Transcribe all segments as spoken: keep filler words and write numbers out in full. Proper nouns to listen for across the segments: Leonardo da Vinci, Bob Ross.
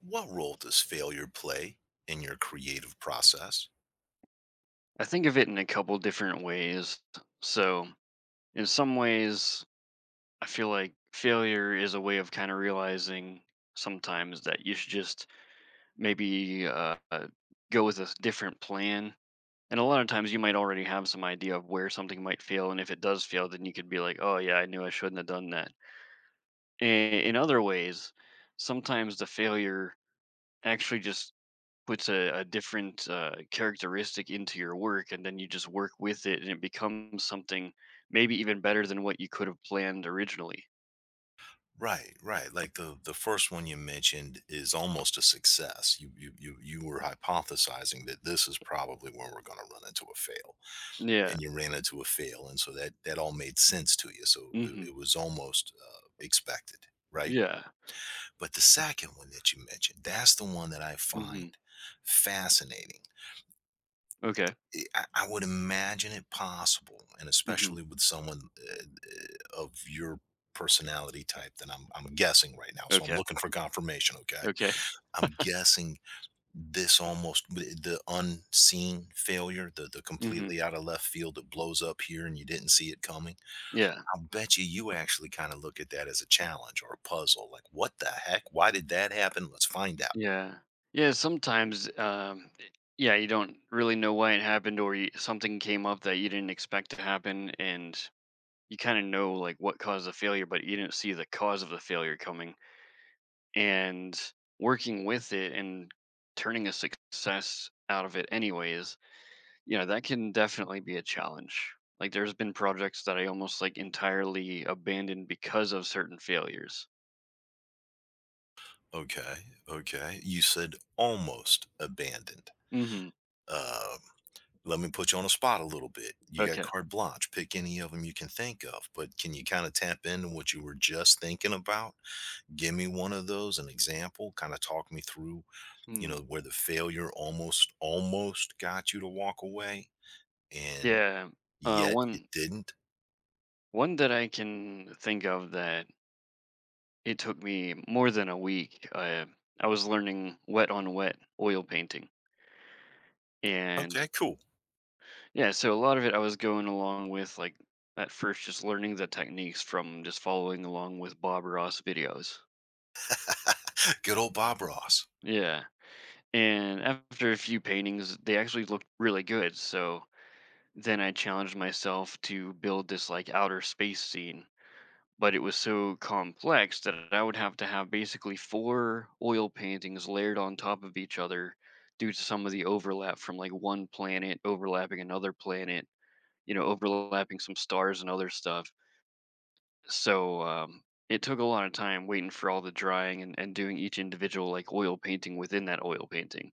What role does failure play in your creative process? I think of it in a couple different ways. So, in some ways, I feel like failure is a way of kind of realizing sometimes that you should just maybe uh, uh, go with a s- different plan. And a lot of times, you might already have some idea of where something might fail. And if it does fail, then you could be like, oh, yeah, I knew I shouldn't have done that. I- In other ways, sometimes the failure actually just puts a, a different uh, characteristic into your work, and then you just work with it and it becomes something maybe even better than what you could have planned originally. Right, right. Like the the first one you mentioned is almost a success. You you you you were hypothesizing that this is probably where we're going to run into a fail, Yeah. and you ran into a fail, and so that that all made sense to you. So it, Hmm. it was almost uh, expected, right? Yeah. But the second one that you mentioned, that's the one that I find Hmm. fascinating. Okay. I I would imagine it possible, and Hmm. especially with someone uh, uh, of your personality type that I'm I'm guessing right now. So I'm Okay. looking for confirmation. Okay, Okay. I'm guessing this almost the unseen failure, the the Hmm. completely out of left field that blows up here and you didn't see it coming. Yeah. I'll bet you you actually kind of look at that as a challenge or a puzzle. Like, what the heck? Why did that happen? Let's find out. Yeah. Yeah, sometimes um i- yeah, you don't really know why it happened, or you, something came up that you didn't expect to happen, and you kind of know like what caused the failure, but you didn't see the cause of the failure coming, and working with it and turning a success out of it anyways, you know that can definitely be a challenge. Like, there's been projects that I almost like entirely abandoned because of certain failures. Okay, okay. You said almost abandoned. Hmm. Um, Let me put you on a spot a little bit. You got Okay. carte blanche. Pick any of them you can think of, but can you kinda tap into what you were just thinking about? Give me one of those, an example, kinda talk me through, you know, Hmm. where the failure almost almost got you to walk away, and Yeah. uh yet you one didn't. one that I can think of that it took me more than a week, uh, I was learning wet on wet oil painting. And Okay, cool. yeah, so a lot of it I was going along with like at first just learning the techniques from just following along with Bob Ross videos. Good old Bob Ross. Yeah. And after a few paintings, they actually looked really good. So then I challenged myself to build this like outer space scene. But it was so complex that I would have to have basically four oil paintings layered on top of each other due to some of the overlap from like one planet overlapping another planet, you know, overlapping some stars and other stuff. So um, it took a lot of time waiting for all the drying and, and doing each individual like oil painting within that oil painting.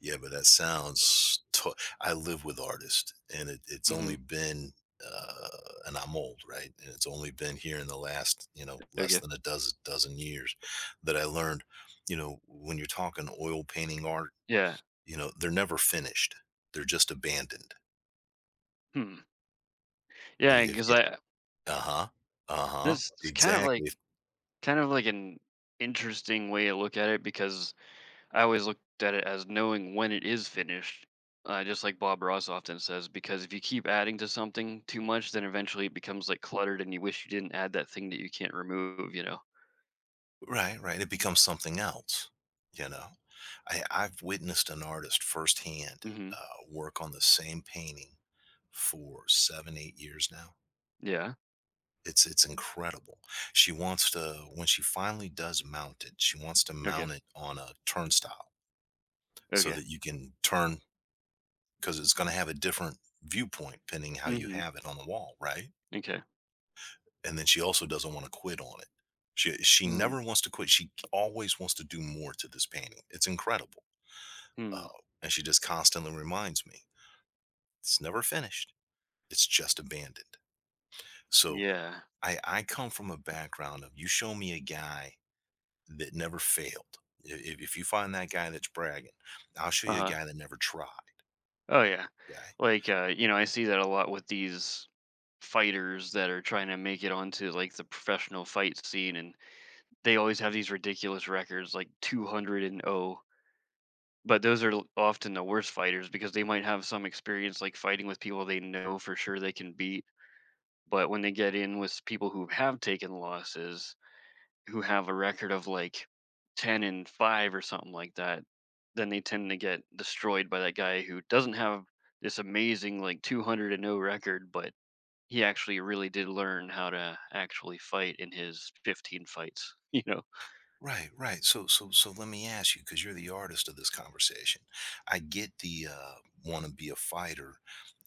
Yeah, but that sounds to— I live with artists, and it it's Hmm. only been, uh and I'm old, right? And it's only been here in the last, you know, less Okay. than a dozen dozen years that I learned, you know, when you're talking oil painting art, Yeah. you know, they're never finished. They're just abandoned. Hmm. Yeah, If— because yeah. I Uh-huh. Uh-huh. this is kind of like Exactly. kind of like an interesting way to look at it because I always looked at it as knowing when it is finished. Uh, just like Bob Ross often says, because if you keep adding to something too much, then eventually it becomes like cluttered, and you wish you didn't add that thing that you can't remove. You know? Right, right, it becomes something else, you know? I I've witnessed an artist firsthand, Hmm. uh, work on the same painting for seven, eight years now. Yeah. It's it's incredible. She wants to— when she finally does mount it, she wants to Okay. mount it on a turnstile so Okay. that you can turn, because it's gonna have a different viewpoint depending how you Hmm. have it on the wall, right? Okay. And then she also doesn't wanna quit on it. She she never wants to quit, she always wants to do more to this painting, it's incredible. Hmm. Oh, and she just constantly reminds me, "It's never finished. It's just abandoned." So, Yeah. I I come from a background of you show me a guy that never failed. if if you find that guy that's bragging, I'll show you a Uh-huh. guy that never tried, Oh yeah. okay? Like uh, you know, I see that a lot with these fighters that are trying to make it onto like the professional fight scene, and they always have these ridiculous records like two hundred and oh. But those are l- often the worst fighters because they might have some experience like fighting with people they know for sure they can beat, but when they get in with people who have taken losses, who have a record of like ten and five or something like that, then they tend to get destroyed by that guy who doesn't have this amazing like two hundred and no record, but he actually really did learn how to actually fight in his fifteen fights you know Right, right. So, so, so let me ask you, because you're the artist of this conversation. I get the uh, want to be a fighter,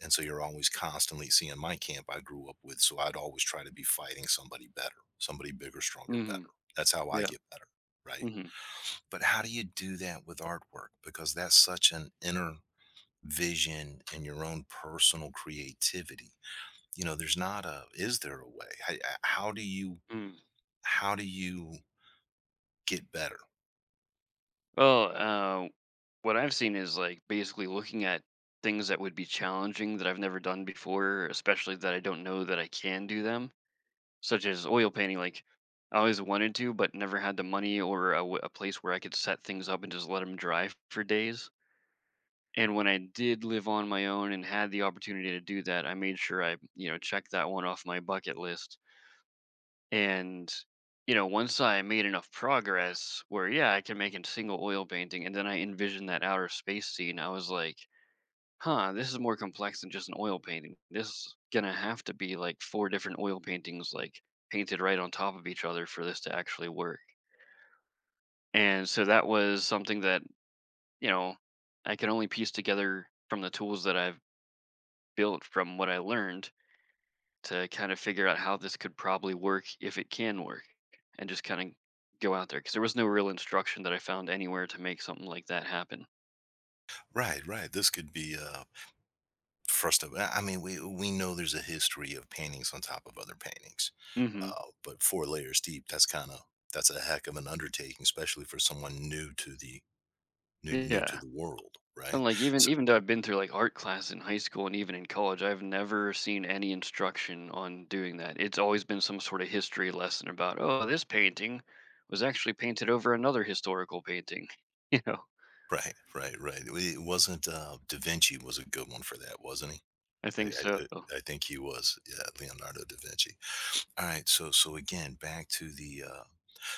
and so you're always constantly seeing my camp I grew up with. So I'd always try to be fighting somebody better, somebody bigger, stronger, better. Hmm. That's how I Yeah. get better, right? Hmm. But how do you do that with artwork? Because that's such an inner vision and your own personal creativity. You know, there's not a— is there a way? How, how do you? Mm. How do you get better? Well, uh, what I've seen is like basically looking at things that would be challenging that I've never done before, especially that I don't know that I can do them, such as oil painting. Like, I always wanted to, but never had the money or a, w- a place where I could set things up and just let them dry for days. And when I did live on my own and had the opportunity to do that, I made sure I, you know, checked that one off my bucket list. And, you know, once I made enough progress where, yeah, I can make a single oil painting and then I envisioned that outer space scene, I was like, huh, this is more complex than just an oil painting. This is gonna have to be like four different oil paintings, like painted right on top of each other for this to actually work. And so that was something that, you know, I could only piece together from the tools that I've built from what I learned to kind of figure out how this could probably work if it can work, and just kind of go out there because there was no real instruction that I found anywhere to make something like that happen. Right, right. This could be uh first of— I I mean we we know there's a history of paintings on top of other paintings. Hmm. Uh, but four layers deep, that's kind of— that's a heck of an undertaking especially for someone new to the— new new to Yeah. the world, right? And, like, even So even though I've been through, like, art class in high school and even in college, I've never seen any instruction on doing that. It's always been some sort of history lesson about, "Oh, this painting was actually painted over another historical painting." You know? right, right, right. It wasn't uh Da Vinci was a good one for that, wasn't he? I I think I, so. I I think he was. Yeah, Leonardo da Vinci. All right, so so again, back to the uh,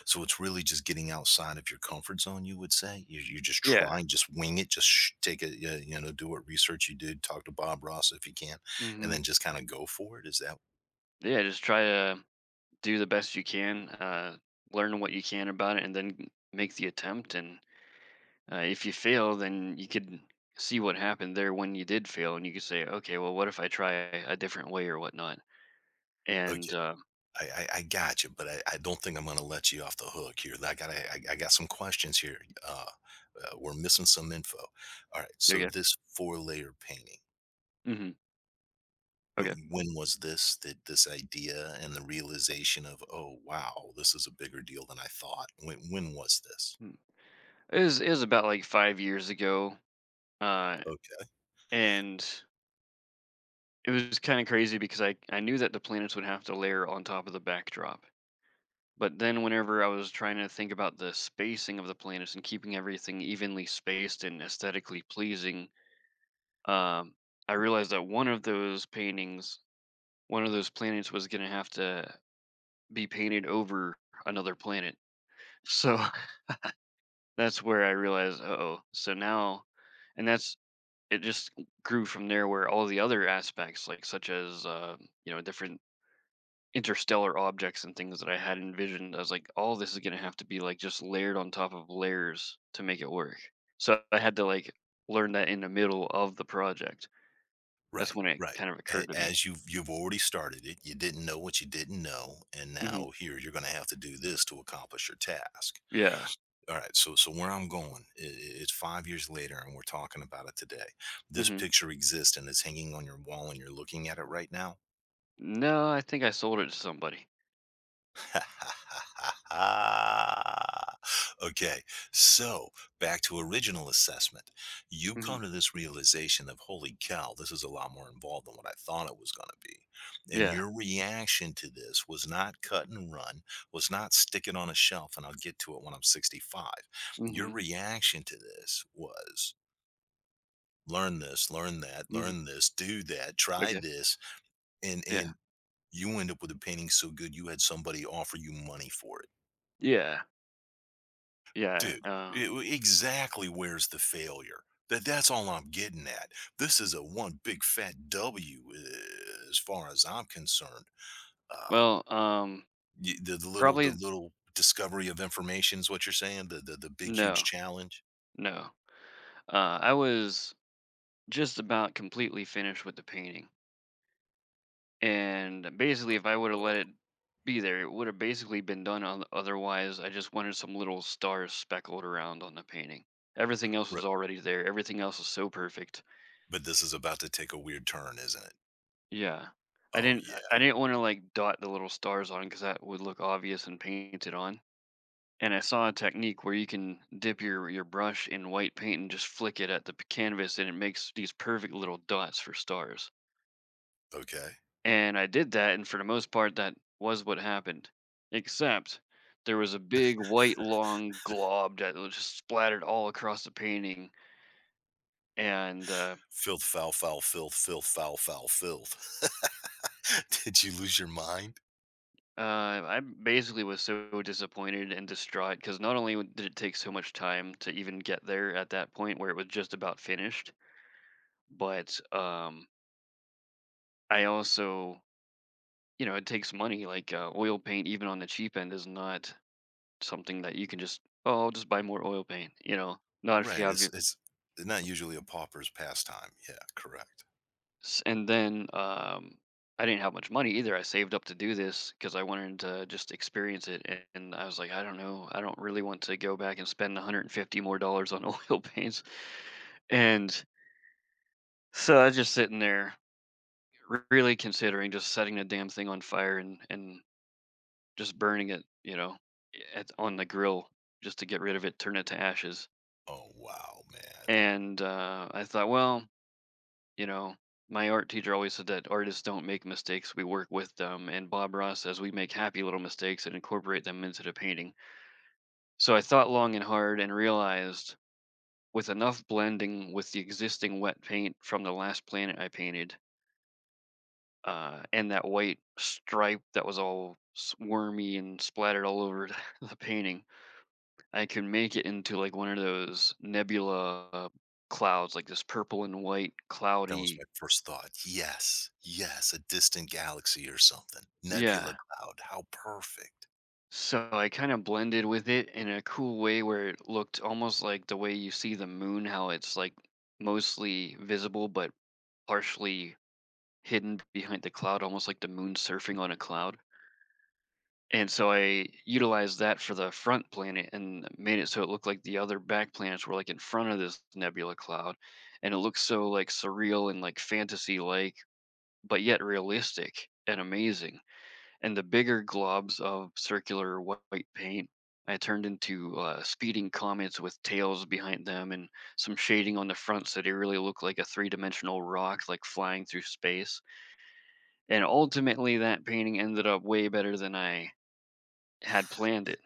so it's really just getting outside of your comfort zone. You would say you're, you're just Yeah. trying, just wing it, just sh- take it, uh, you know, do what research you did, talk to Bob Ross if you can, and then Mhm. just kind of go for it. Is that Yeah, just try to do the best you can, uh, learn what you can about it, and then make the attempt, and, uh, if you fail, then you could see what happened there when you did fail, and you could say, "Okay, well, what if I try a different way or whatnot?" And, okay? uh I, I, I got you, but I, I don't think I'm going to let you off the hook here. I got— I, I got some questions here. Uh, uh, we're missing some info. All right, so Okay. this four layer painting. Hmm. Okay. When when was this that this idea and the realization of, "Oh, wow, this is a bigger deal than I thought." When when was this? Mm. It was it was about like five years ago, uh, Okay. and it was kind of crazy because I I knew that the planets would have to layer on top of the backdrop. But then whenever I was trying to think about the spacing of the planets and keeping everything evenly spaced and aesthetically pleasing, um, I realized that one of those paintings, one of those planets, was going to have to be painted over another planet. So that's where I realized, oh, so now, and that's it just grew from there where all the other aspects, like such as uh, you know different interstellar objects and things that I had envisioned, I was like, all this is going to have to be like just layered on top of layers to make it work. So I had to like learn that in the middle of the project. That's Right, when it right. kind of A occurred to me. as you've you've already started it, you didn't know what you didn't know, and Hmm. now here, you're gonna have to do this to accomplish your task. Yeah. Alright, so so where I'm going, I I it's five years later, and we're talking about it today. This Hmm. picture exists, and is hanging on your wall, and you're looking at it right now. No, I think I sold it to somebody. Okay, so back to original assessment. You Hmm. come to this realization of, holy cow, this is a lot more involved than what I thought it was going to be. And Yeah. your reaction to this was not cut and run, was not stick it on a shelf and I'll get to it when I'm sixty-five. Your Hmm. reaction to this was learn this, learn that, Hmm. learn this, do that, try Okay. this. And, yeah. and, you end up with a painting so good you had somebody offer you money for it. Yeah. Yeah. Dude, uh, e w exactly where's the failure? That that's all I'm getting at. This is a one big fat W a as far as I'm concerned. Uh, well, um y— the the little— the probably. little discovery of information is what you're saying? The the the big huge No. challenge? No. Uh, I was just about completely finished with the painting, and basically, if I would have Oh, let it be there, it would have basically been done. On, otherwise, I just wanted some little stars speckled around on the painting. Everything else ri— was already there. Everything else was so perfect. but this is about to take a weird turn, isn't it? Yeah, I Oh, didn't. I yeah, I didn't want to like dot the little stars on because that would look obvious and painted on. And I saw a technique where you can dip your your brush in white paint and just flick it at the p- canvas, and it makes these perfect little dots for stars. okay. And I did that, and for the most part, that was what happened. Except there was a big white long glob that was just splattered all across the painting. And uh, Filth, foul, foul, filth, filth, foul, foul, filth. Did you lose your mind? uh, I basically was so disappointed and distraught because not only w- did it take so much time to even get there at that point where it was just about finished, but um, I also, you know, it takes money. Like uh, oil paint, even on the cheap end, is not something that you can just, oh, I'll just buy more oil paint, you know. Not if you Right, have. it's it's not usually a pauper's pastime. Yeah, correct. S- and then, um, I didn't have much money either. I saved up to do this because I wanted to just experience it. a- And I was like, I don't know, I don't really want to go back and spend a hundred and fifty more dollars on oil paints. And so I was just sitting there, r- really considering just setting the damn thing on fire and and just burning it, you know, at, on the grill just to get rid of it, turn it to ashes. Oh, wow, man. And uh, I thought, well, you know, my art teacher always said that artists don't make mistakes, we work with them. And Bob Ross says we make happy little mistakes and incorporate them into the painting. So I thought long and hard and realized with enough blending with the existing wet paint from the last planet I painted, uh, and that white stripe that was all s- wormy and splattered all over the painting, I can make it into like one of those nebula uh, clouds, like this purple and white That was my cloudy. first thought. Yes, yes, a distant galaxy or something. Nebula Yeah, cloud. How perfect. so I kind of blended with it in a cool way where it looked almost like the way you see the moon, how it's like mostly visible but partially hidden behind the cloud, almost like the moon surfing on a cloud. And so I utilized that for the front planet and made it so it looked like the other back planets were like in front of this nebula cloud. And it looks so like surreal and like fantasy like, but yet realistic and amazing, and the bigger globs of circular wh- white paint I turned into uh, speeding comets with tails behind them and some shading on the front so they really looked like a three dimensional rock, like flying through space. And ultimately, that painting ended up way better than I had planned it.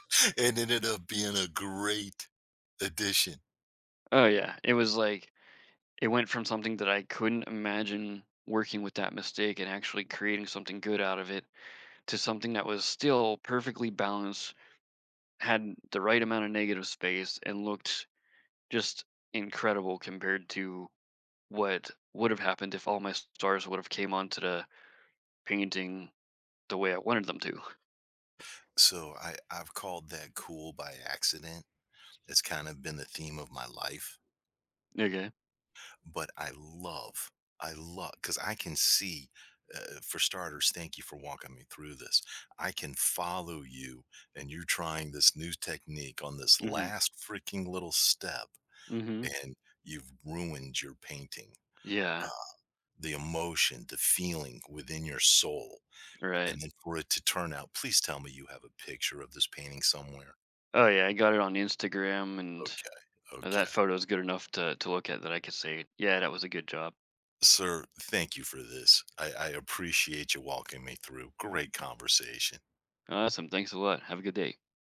It ended up being a great addition. Oh, yeah. It was like it went from something that I couldn't imagine working with that mistake and actually creating something good out of it to something that was still perfectly balanced, had the right amount of negative space, and looked just incredible compared to what would have happened if all my stars would have came onto the painting the way I wanted them to. So I, I've called that cool by accident. It's kind of been the theme of my life, Okay. but I love, I love, because I can see, uh, for starters, thank you for walking me through this. I can follow you and you're trying this new technique on this Mhm. last freaking little step Mhm. and you've ruined your painting, uh, Yeah. the emotion, the feeling within your soul, Right. and then for it to turn out— please tell me you have a picture of this painting somewhere? Oh yeah, I got it on Instagram, and Okay, that okay. photo is good enough to to look at that I could say, yeah, that was a good job. Sir, thank you for this. I I appreciate you walking me through. Great conversation. Awesome. Thanks a lot. Have a good day.